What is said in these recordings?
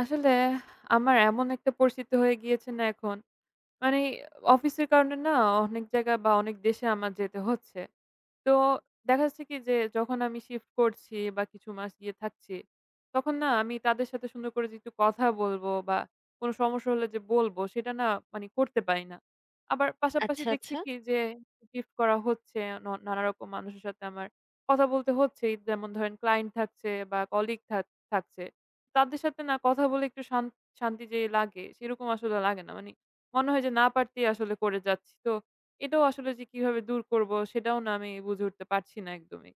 আসলে আমার এমন একটা পরিস্থিতি হয়ে গিয়েছে না এখন। মানে অফিসের কারণে না, অনেক জায়গা বা অনেক দেশে আমার যেতে হচ্ছে। তো দেখা যাচ্ছে কি যে, যখন আমি শিফট করছি বা কিছু মাস গিয়ে থাকছি, তখন না আমি তাদের সাথে সুন্দর করে যে একটু কথা বলবো বা কোন সমস্যা হলে যে বলবো, সেটা না মানে করতে পারি না। আবার পাশাপাশি আচ্ছা, দেখছি আচ্ছা। কি যে শিফট করা হচ্ছে, নানারকম মানুষের সাথে আমার কথা বলতে হচ্ছেই। যেমন ধরেন, ক্লায়েন্ট থাকছে বা কলিগ থাকছে। তাদের সাথে না কথা বলে একটু শান্তি যে লাগে সেরকম আসলে লাগে না। মানে, মনে হয় যে না পারতেই আসলে করে যাচ্ছি। তো এটাও আসলে যে কিভাবে দূর করব, সেটাও না আমি বুঝে উঠতে পারছি না একদমই।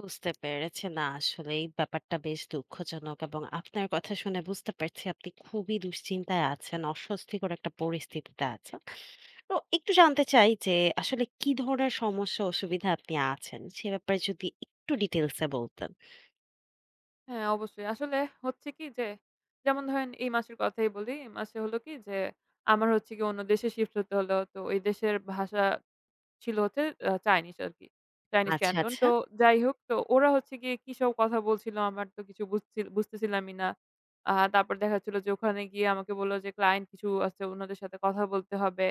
বুঝতে পেরেছি। না আসলে এই ব্যাপারটা বেশ দুঃখজনক এবং আপনার কথা শুনে বুঝতে পারছি আপনি খুবই দুশ্চিন্তায় আছেন। অস্বস্তিকর একটা পরিস্থিতিতে আছেন। তো একটু জানতে চাই যে আসলে কি ধরনের সমস্যা অসুবিধা আপনি আছেন? সে ব্যাপারে যদি একটু ডিটেইলস এ বলতেন। হ্যাঁ, অবশ্যই। আসলে হচ্ছে কি যে, যেমন ধরেন এই মাসের কথাই বলি। এই মাসে হলো কি যে, আমার হচ্ছে গিয়ে অন্য দেশে শিফট হতে হলো। তো ওই দেশের ভাষা ছিল হচ্ছে চাইনিজ আরকি। চাইনিজ আচ্ছা, ক্যান্টন। আচ্ছা। তো যাই হোক, তো ওরা হচ্ছে গিয়ে কি সব কথা বলছিল, আমার তো কিছু বুঝতেছিলামই না। তারপর দেখা যাচ্ছিল যে ওখানে গিয়ে আমাকে বলল যে ক্লায়েন্ট কিছু আছে, উনাদের সাথে কথা বলতে হবে।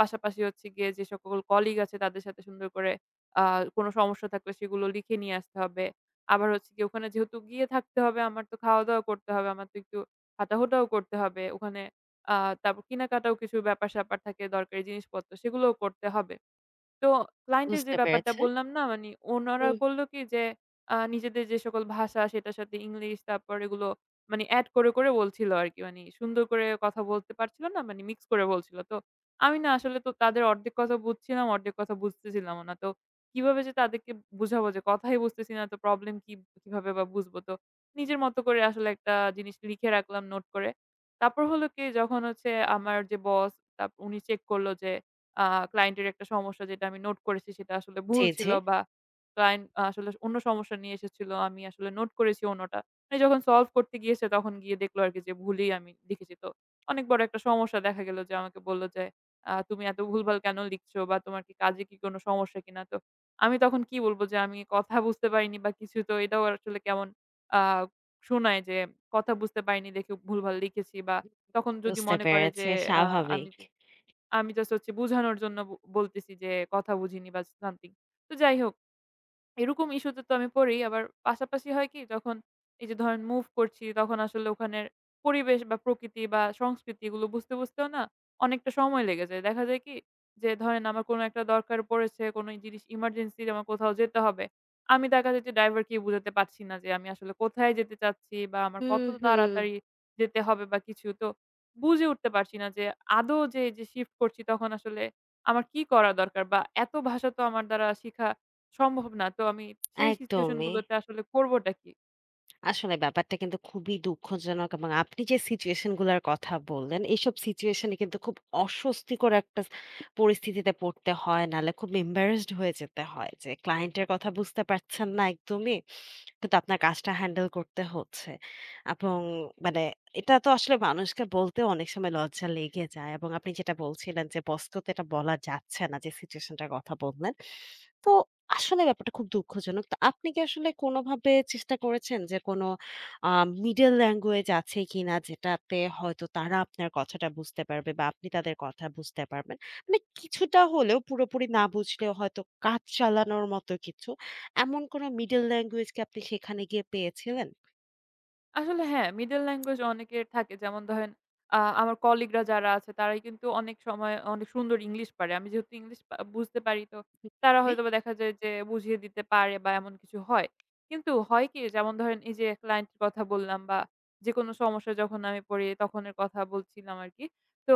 পাশাপাশি হচ্ছে গিয়ে, যে সকল কলিগ আছে তাদের সাথে সুন্দর করে আ কোন সমস্যা থাকলে সেগুলো লিখে নিয়ে আসতে হবে। আবার হচ্ছে গিয়ে, ওখানে যেহেতু গিয়ে থাকতে হবে, আমার তো খাওয়া-দাওয়া করতে হবে। আমার তো একটু হাঁটাহুটাও করতে হবে ওখানে। আ তারপর কেনাকাটাও কিছু ব্যাপার-স্যাপার থাকে, দরকারি জিনিসপত্র, সেগুলোও করতে হবে। তো ক্লায়েন্টের যে বুঝতে ব্যাপারটা পেরেছি। বললাম না, মানে ওনারা হুম, করলো কি যে, নিজেদের যে সকল ভাষা সেটার সাথে ইংলিশ তারপর এগুলো মানে এড করে করে বলছিল আরকি। মানে সুন্দর করে কথা বলতে পারছিল না, মানে মিক্স করে বলছিল। তো আমি না আসলে তো তাদের অর্ধেক কথা বুঝছিলাম, অর্ধেক কথা বুঝতেছিলামও না। তো কিভাবে যে তাদেরকে বুঝাবো যে কথাই বুঝতেছি না, তো প্রবলেম কি, কিভাবে বা বুঝবো? তো নিজের মতো করে আসলে একটা জিনিস লিখে রাখলাম নোট করে। তারপর হলো কি, যখন হচ্ছে আমার যে বস, উনি চেক করলো যে আ ক্লায়েন্টের একটা সমস্যা যেটা আমি নোট করেছি সেটা আসলে ভুল জি, জি। ছিল, বা ক্লায়েন্ট আসলে অন্য সমস্যা নিয়ে এসেছিল। আমি আসলে নোট করেছি অন্যটা। মানে যখন সলভ করতে গিয়েছে তখন গিয়ে দেখলো আরকি যে ভুলেই আমি লিখেছি। তো অনেক বড় একটা সমস্যা দেখা গেল যে আমাকে বলল যে, তুমি এত ভুলভাল কেন লিখছো, বা তোমার কি কাজে কি কোনো সমস্যা কিনা?" তো আমি তখন কি বলব যে আমি কথা বুঝতে পারিনি বা কিছু, তো এটাও আসলে কেমন আ শোনায় যে কথা বুঝতে পারিনি দেখে ভুলভাল লিখেছি, বা তখন যদি বুঝতে মনে করে যে পেরেছি। আ আমি স্বাভাবিক। আমি জাস্ট হচ্ছে বুঝানোর জন্য বলতেছি যে, "কথা বুঝিনি" বা সামথিং। তো যাই হোক, এরকম ইস্যুতে তো আমি পড়ি। আবার পাশাপাশি হয় কি, যখন এই যে ধরেন মুভ করছি, তখন আসলে ওখানের পরিবেশ বা প্রকৃতি বা সংস্কৃতি এগুলো বুঝতে, বুঝতেও না অনেকটা সময় লেগে যায়। দেখা যায় কি, যে ধরেন আমার কোনো একটা দরকার পড়েছে, কোনো জিনিস ইমার্জেন্সি, আমার কোথাও যেতে হবে। আমি দেখা যায় যে ড্রাইভারকে বোঝাতে পারছি না যে আমি আসলে কোথায় যেতে চাচ্ছি, বা আমার হুম, কত হুম। তাড়াতাড়ি যেতে হবে বা কিছু। তো বুঝে উঠতে পারছি না যে আদৌ যে শিফট করছি তখন আসলে আমার কি করা দরকার, বা এত ভাষা তো আমার দ্বারা শিখা সম্ভব না। তো আমি সেই সিচুয়েশন একদমই। গুলোতে আসলে করবোটা কি? আসলে ব্যাপারটা কিন্তু খুবই দুঃখজনক এবং আপনি যে সিচুয়েশন গুলার কথা বললেন এইসব সিচুয়েশনে কিন্তু খুব অস্বস্তিকর একটা পরিস্থিতিতে পড়তে হয়, নাহলে খুব এম্বারেসড হয়ে যেতে হয় যে ক্লায়েন্টের কথা বুঝতে পারছেন না একদমই, কিন্তু আপনার কাজটা হ্যান্ডেল করতে হচ্ছে। এবং মানে এটা তো আসলে মানুষকে বলতেও অনেক সময় লজ্জা লেগে যায়। এবং আপনি যেটা বলছিলেন যে বসকেও তো এটা বলা যাচ্ছে না যে সিচুয়েশন টার কথা বললেন। তো আসলে ব্যাপারটা খুব দুঃখজনক। তো আপনি কি আসলে কোনোভাবে চেষ্টা করেছেন যে কোনো আ মিডল ল্যাঙ্গুয়েজ আছে কিনা যেটাতে হয়তো তারা আপনার কথাটা বুঝতে পারবে বা আপনি তাদের কথা বুঝতে পারবেন? মানে কিছুটা হলেও, পুরোপুরি না বুঝলেও হয়তো কাজ চালানোর মতো কিছু? এমন কোন মিডল ল্যাঙ্গুয়েজ কি আপনি সেখানে গিয়ে পেয়েছিলেন? আসলে হ্যাঁ, মিডল ল্যাঙ্গুয়েজ অনেকের থাকে। যেমন ধরেন, আমার কলিগরা যারা আছে তারাই কিন্তু অনেক সময় অনেক সুন্দর ইংলিশ পারে। আমি যেহেতু ইংলিশ বুঝতে পারি, তো তারা জি? হয়তোবা দেখা যায় যে বুঝিয়ে দিতে পারে বা এমন কিছু হয়। কিন্তু হয় কি, যেমন ধরেন এই যে ক্লায়েন্টের কথা বললাম বা যেকোনো সমস্যায় যখন আমি পড়ি তখনের কথা বলছিলাম আরকি। তো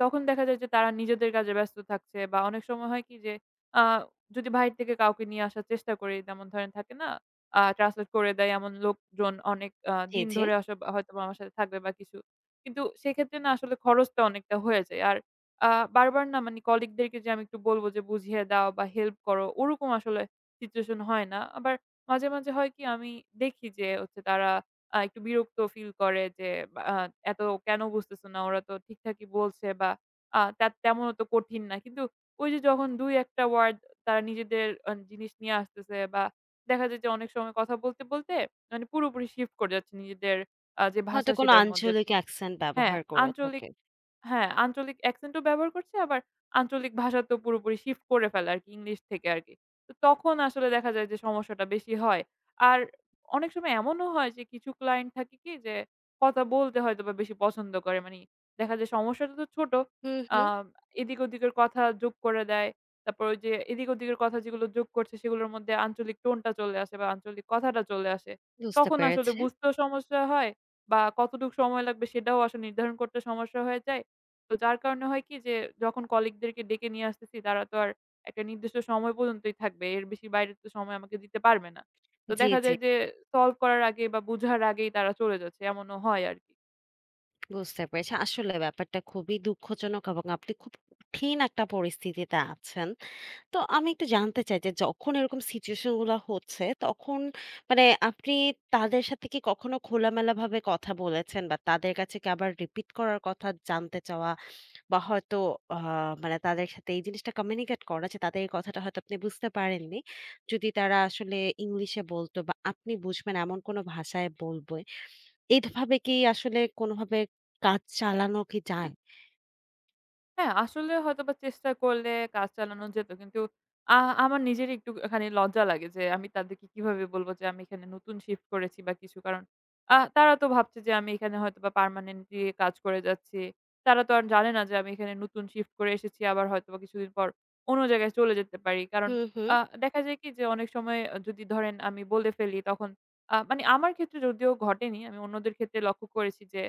তখন দেখা যায় যে তারা নিজেদের কাজে ব্যস্ত থাকছে, বা অনেক সময় হয় কি যে, আ যদি বাহির থেকে কাউকে নিয়ে আসার চেষ্টা করি, যেমন ধরেন থাকে না ট্রান্সলেট করে দেয় এমন লোকজন, অনেক জি, দিন জি। ধরে আসব হয়তোবা আমার সাথে থাকবে বা কিছু। কিন্তু সেক্ষেত্রে না আসলে খরচটা অনেকটা হয়ে যায়। আর আ বারবার না মানে কলিগদেরকে যে আমি একটু বলব যে বুঝিয়ে দাও বা হেল্প করো, ওরকম আসলে সিচুয়েশন হয় না। আবার মাঝে, মাঝে হয় কি আমি দেখি যে হচ্ছে তারা একটু বিরক্ত ফিল করে যে, বা এত কেন বুঝতেছো না? ওরা তো ঠিকঠাকই বলছে, বা তা তেমন তো কঠিন না। কিন্তু ওই যে যখন ২ ১ টা ওয়ার্ড তারা নিজেদের জিনিস নিয়ে আসতেছে, বা দেখা যায় যে অনেক সময় কথা বলতে বলতে মানে পুরোপুরি শিফট করে যাচ্ছি নিজেদের যে ভাষা হয়তো কোন সেটার মধ্যে। আঞ্চলিক অ্যাকসেন্ট হ্যাঁ, ব্যবহার করে আঞ্চলিক থাকে। হ্যাঁ, আঞ্চলিক অ্যাকসেন্ট ও ব্যবহার করছে, আবার আঞ্চলিক ভাষা তো পুরোপুরি শিফট করে ফেলে আরকি ইংলিশ থেকে আরকি। তো তখন আসলে দেখা যায় যে সমস্যাটা বেশি হয়। আর অনেক সময় এমনও হয় যে কিছু ক্লায়েন্ট থাকে কি যে কথা বলতে হয়তোবা বেশি পছন্দ করে। মানি দেখা যায় সমস্যাটা তো ছোট। হুম, আ হুম। এদিক ওদিকের কথা যোগ করে দেয়। তারপর ওই যে এদিক ওদিকের কথা যেগুলো যোগ করছে, সেগুলোর মধ্যে আঞ্চলিক টোনটা চলে আসে বা আঞ্চলিক কথাটা চলে আসে। বুঝতে তখন আসলে পেরেছি। বুঝতেও সমস্যা হয়, বা কতটুক সময় লাগবে সেটাও আসলে নির্ধারণ করতে সমস্যা হয়ে যায়। তো যার কারণে হয় কি যে, যখন কলিগদেরকে ডেকে নিয়ে আসতেছি, তারা তো আর একটা নির্দিষ্ট সময় পর্যন্তই থাকবে। এর বেশি বাইরে তো সময় আমাকে দিতে পারবে না। তো জি, দেখা জি। যায় যে সলভ করার আগে বা বুঝার আগেই তারা চলে যাচ্ছে, এমনও হয় আরকি। বুঝতে পেরেছি। আসলে ব্যাপারটা খুবই দুঃখজনক এবং আপনি খুব কঠিন একটা পরিস্থিতিতে আছেন। তো আমি একটু জানতে চাই যে যখন এরকম সিচুয়েশন গুলা হচ্ছে তখন মানে আপনি তাদের সাথে কি কখনো খোলামেলাভাবে কথা বলেছেন বা তাদের কাছে কি আবার রিপিট করার কথা জানতে চাওয়া বা হয়তো আ মানে তাদের সাথে এই জিনিসটা কমিউনিকেট করা যে তাদের এই কথাটা হয়তো আপনি বুঝতে পারেননি। যদি তারা আসলে ইংলিশে বলতো বা আপনি বুঝবেন এমন কোনো ভাষায় বলবে। এইভাবে কি আসলে কোনোভাবে কাজ চালানো কি যায়? হ্যাঁ, আসলে হয়তোবা চেষ্টা করলে কাজ চালানো যেত। কিন্তু আ আমার নিজেরই একটুখানি লজ্জা লাগে যে আমি তাদেরকে কিভাবে বলব যে আমি এখানে নতুন শিফট করেছি বা কিছু। কারণ তারা তো ভাবছে যে আমি এখানে হয়তোবা পার্মানেন্টলি কাজ করে যাচ্ছি। তারা তো আর জানে না যে আমি এখানে নতুন শিফট করে এসেছি। আবার হয়তোবা কিছুদিন পর অন্য জায়গায় চলে যেতে পারি। কারণ হুম, হুম। আ দেখা যায় কি যে অনেক সময় যদি ধরেন আমি বলে ফেলি তখন, মানে আমার ক্ষেত্রে যদিও ঘটেনি। আমি অন্যদের ক্ষেত্রে লক্ষ্য করেছি যে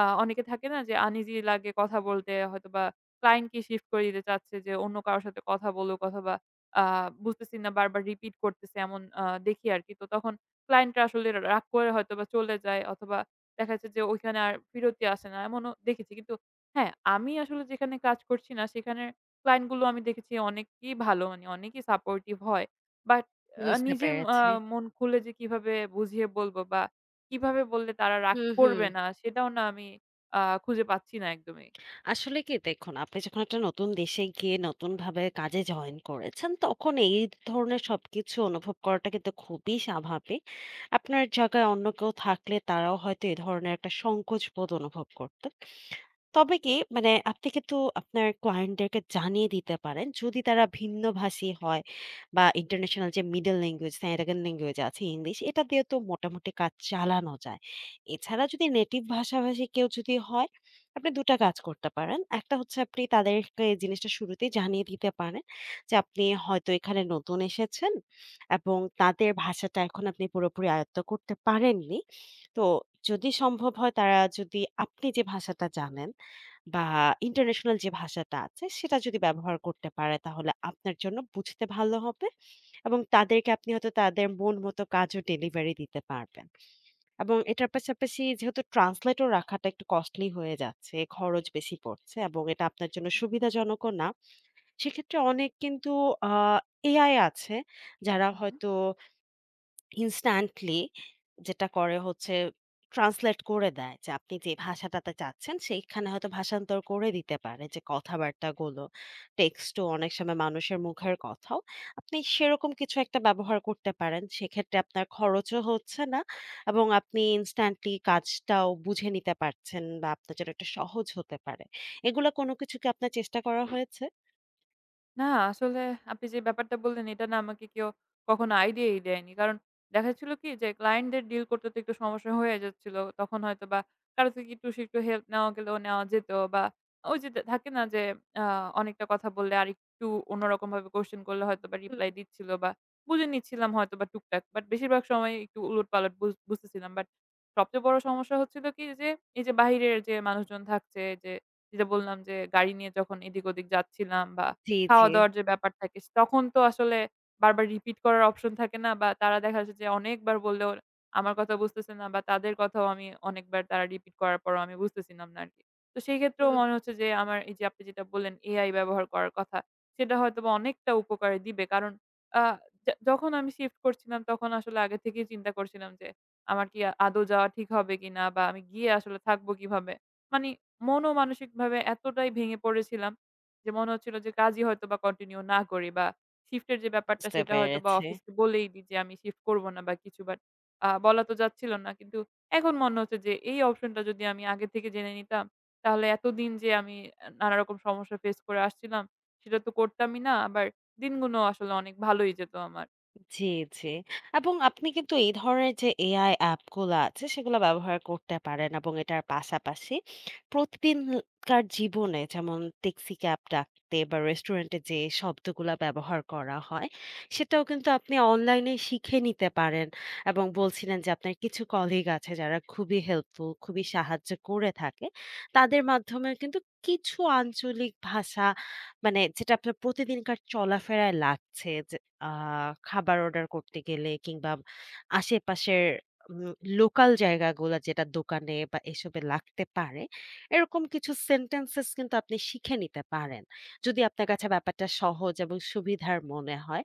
অনেকে থাকে না যে আনইজি লাগে কথা বলতে, হয়তোবা ক্লায়েন্টকে শিফট করে দিতে চাচ্ছে যে অন্য কারো সাথে কথা বলুক, অথবা আ বুঝতেছি না বারবার রিপিট করতেছে এমন দেখি আরকি। তো তখন ক্লায়েন্টরা আসলে রাগ করে হয়তোবা চলে যায়, অথবা দেখা যাচ্ছে যে ওইখানে আর ফিরতি আসে না, এমনও দেখেছি। কিন্তু হ্যাঁ, আমি আসলে যেখানে কাজ করছি না, সেখানের ক্লায়েন্ট গুলো আমি দেখেছি অনেকেই ভালো, মানে অনেকেই সাপোর্টিভ হয়। বাট বুঝতে নিজের পেরেছি। মন খুলে যে কিভাবে বুঝিয়ে বলবো, বা কিভাবে বললে তারা রাগ হুম, হুম। করবে না, সেটাও না আমি খুঁজে পাচ্ছি না একদমই। আসলে কি দেখুন, আপনি যখন একটা নতুন দেশে গিয়ে নতুন ভাবে কাজে জয়েন করেছেন তখন এই ধরনের সবকিছু অনুভব করাটা কিন্তু খুবই স্বাভাবিক। আপনার জায়গায় অন্য কেউ থাকলে তারাও হয়তো এই ধরনের একটা সংকোচ বোধ অনুভব করতো। তবে কি মানে আপনি কিন্তু আপনার ক্লায়েন্টদেরকে জানিয়ে দিতে পারেন। যদি তারা ভিন্নভাষী হয় বা ইন্টারন্যাশনাল যে মিডল ল্যাঙ্গুয়েজ, সেকেন্ড ল্যাঙ্গুয়েজ আছে ইংলিশ, এটা দিয়ে তো মোটামুটি কাজ চালানো যায়। এছাড়া যদি নেটিভ ভাষাভাষী কেউ যদি হয়, আপনি দুটা কাজ করতে পারেন। একটা হচ্ছে আপনি তাদেরকে এই জিনিসটা শুরুতেই জানিয়ে দিতে পারেন যে আপনি হয়তো এখানে নতুন এসেছেন এবং তাদের ভাষাটা এখন আপনি পুরোপুরি আয়ত্ত করতে পারেননি। তো যদি সম্ভব হয়, তারা যদি আপনি যে ভাষাটা জানেন বা ইন্টারন্যাশনাল যে ভাষাটা আছে সেটা যদি ব্যবহার করতে পারে, তাহলে আপনার জন্য বুঝতে ভালো হবে এবং তাদেরকে আপনি হয়তো তাদের মন মতো কাজও ডেলিভারি দিতে পারবেন। এবং এটার পাশাপাশি যেহেতু ট্রান্সলেটর রাখাটা একটু কস্টলি হয়ে যাচ্ছে, খরচ বেশি পড়ছে এবং এটা আপনার জন্য জি, সুবিধাজনকও না। সেক্ষেত্রে অনেক কিন্তু আ এআই আছে যারা হুম। হয়তো ইনস্ট্যান্টলি, যেটা করে হচ্ছে ট্রান্সলেট করে দেয়, যে আপনি যে ভাষাটাতে চাচ্ছেন সেইখানে হয়তো ভাষান্তর করে দিতে পারে যে কথাবার্তাগুলো, টেক্সটও, অনেক সময় মানুষের মুখের কথাও। আপনি সেরকম কিছু একটা ব্যবহার করতে পারেন, সেক্ষেত্রে আপনার খরচও হচ্ছে না এবং আপনি ইনস্ট্যান্টলি কাজটাও বুঝে নিতে পারছেন বা আপনার জন্য একটা সহজ হতে পারে। এগুলো কোনো কিছু কি আপনার চেষ্টা করা হয়েছে? না, আসলে আপনি যে ব্যাপারটা বললেন, এটা না আমাকে কেউ কখনো আইডিয়াই দেয়নি। কারণ দেখা যাচ্ছিল কি যে ক্লায়েন্টদের ডিল করতে তো একটু সমস্যা হয়ে যাচ্ছিল। তখন হয়তোবা কারো থেকে একটু হেল্প নেওয়া গেলেও নেওয়া যেত, বা ওই যে থাকে না যে, আ অনেকটা কথা বললে আরেকটু অন্যরকমভাবে কোয়েশ্চেন করলে হয়তোবা হুম। রিপ্লাই দিচ্ছিল, বা বুঝে নিচ্ছিলাম হয়তোবা টুকটাক। বাট বেশিরভাগ সময় একটু উলটপালট বুঝতেছিলাম। বাট সবচেয়ে বড় সমস্যা হচ্ছিল কি যে, এই যে বাহিরের যে মানুষজন থাকছে, যে যেটা বললাম যে গাড়ি নিয়ে যখন এদিক ওদিক যাচ্ছিলাম, বা জি, জি। খাওয়া-দাওয়ার যে ব্যাপার থাকে, তখন তো আসলে বারবার রিপিট করার অপশন থাকে না, বা তারা দেখা যাচ্ছে যে অনেকবার বললেও আমার কথা বুঝতেছে না, বা তাদের কথাও আমি অনেকবার তারা রিপিট করার পরও আমি বুঝতেছিলাম না আরকি। তো সেই ক্ষেত্রেও হুম। মনে হচ্ছে যে আমার এই যে আপনি যেটা বললেন AI ব্যবহার করার কথা, সেটা হয়তোবা অনেকটা উপকারে দিবে। কারণ আ যা যখন আমি শিফট করছিলাম তখন আসলে আগে থেকেই চিন্তা করছিলাম যে আমার কি আদৌ যাওয়া ঠিক হবে কিনা, বা আমি গিয়ে আসলে থাকবো কিভাবে? মানি মন ও মানসিকভাবে এতটাই ভেঙে পড়েছিলাম যে মনে হচ্ছিল যে কাজই হয়তোবা কন্টিনিউ না করি, বা শিফটের যে ব্যাপারটা বুঝতে সেটা হয়তোবা পেরেছি। অফিসকে বলেই দিই যে আমি শিফট করব না বা কিছু, বাট বলা তো যাচ্ছিল না। কিন্তু এখন মনে হচ্ছে যে এই অপশনটা যদি আমি আগে থেকে জেনে নিতাম, তাহলে এতদিন যে আমি নানারকম সমস্যা ফেস করে আসছিলাম, সেটা তো করতামই না। আবার দিনগুলো আসলে অনেক ভালোই যেত আমার। জি, জি। এবং আপনি কিন্তু এই ধরনের যে AI অ্যাপগুলা আছে সেগুলা ব্যবহার করতে পারেন এবং এটার পাশাপাশি প্রতিদিনকার জীবনে যেমন ট্যাক্সি ক্যাব ডাকতে বা রেস্টুরেন্টে যে শব্দগুলা ব্যবহার করা হয় সেটাও কিন্তু আপনি অনলাইনে শিখে নিতে পারেন। এবং বলছিলেন যে আপনার কিছু কলিগ আছে যারা খুবই হেল্পফুল, খুবই সাহায্য করে থাকে। তাদের মাধ্যমেও কিন্তু কিছু আঞ্চলিক ভাষা, মানে যেটা আপনার প্রতিদিনকার চলাফেরায় লাগছে, যে আ খাবার অর্ডার করতে গেলে কিংবা আশেপাশের উম লোকাল জায়গাগুলা, যেটা দোকানে বা এসবে লাগতে পারে, এরকম কিছু সেন্টেন্সেস কিন্তু আপনি শিখে নিতে পারেন। যদি আপনার কাছে ব্যাপারটা সহজ এবং সুবিধার মনে হয়,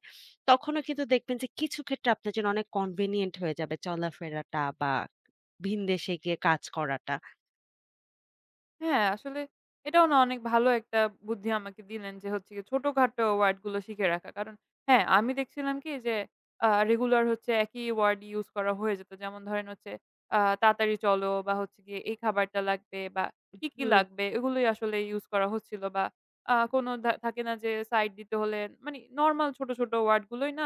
তখনও কিন্তু দেখবেন যে কিছু ক্ষেত্রে আপনার জন্য অনেক কনভেনিয়েন্ট হয়ে যাবে চলাফেরাটা বা ভিনদেশে গিয়ে কাজ করাটা। হ্যাঁ, আসলে এটাও না অনেক ভালো একটা বুদ্ধি আমাকে দিলেন যে হচ্ছে গিয়ে ছোটখাটো ওয়ার্ড গুলো শিখে রাখা। কারণ হ্যাঁ, আমি দেখছিলাম কি যে রেগুলার হচ্ছে একই ওয়ার্ড ইউস করা হয়ে যেত। যেমন ধরেন হচ্ছে, তাড়াতাড়ি চলো, বা হচ্ছে গিয়ে এই খাবারটা লাগবে, বা কি, কি হুম। লাগবে, এগুলোই আসলে ইউস করা হচ্ছিল, বা কোনো থাকে না যে সাইড দিতে হলে, মানে নরমাল ছোট, ছোট ওয়ার্ড গুলোই না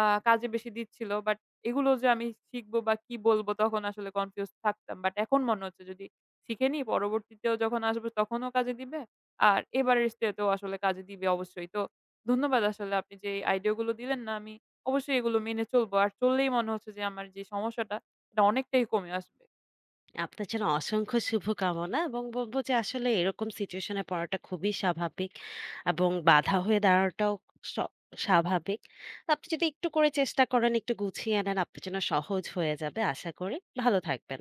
আ কাজে বেশি দিচ্ছিল। বাট এগুলো যে আমি শিখবো বা কি বলবো, তখন আসলে কনফিউজ থাকতাম। বাট এখন মনে হচ্ছে যদি শিখে নিই, পরবর্তীতেও যখন আসবো তখনও কাজে দিবে। আর এবারের স্টেতেও আসলে কাজে দিবে অবশ্যই। তো ধন্যবাদ আসলে আপনি যে এই আইডিয়া গুলো দিলেন, না আমি অবশ্যই এগুলো মেনে চলবো। আর চললেই মনে হচ্ছে যে আমার যে সমস্যাটা, এটা অনেকটাই কমে আসবে। আপনার জন্য অসংখ্য শুভকামনা এবং বলবো যে আসলে এরকম সিচুয়েশনে পড়াটা খুবই স্বাভাবিক এবং বাধা হয়ে দাঁড়াটাও স- স্বাভাবিক। আপনি যদি একটু করে চেষ্টা করেন, একটু গুছিয়ে নেন, আপনার জন্য সহজ হয়ে যাবে আশা করি। ভালো থাকবেন।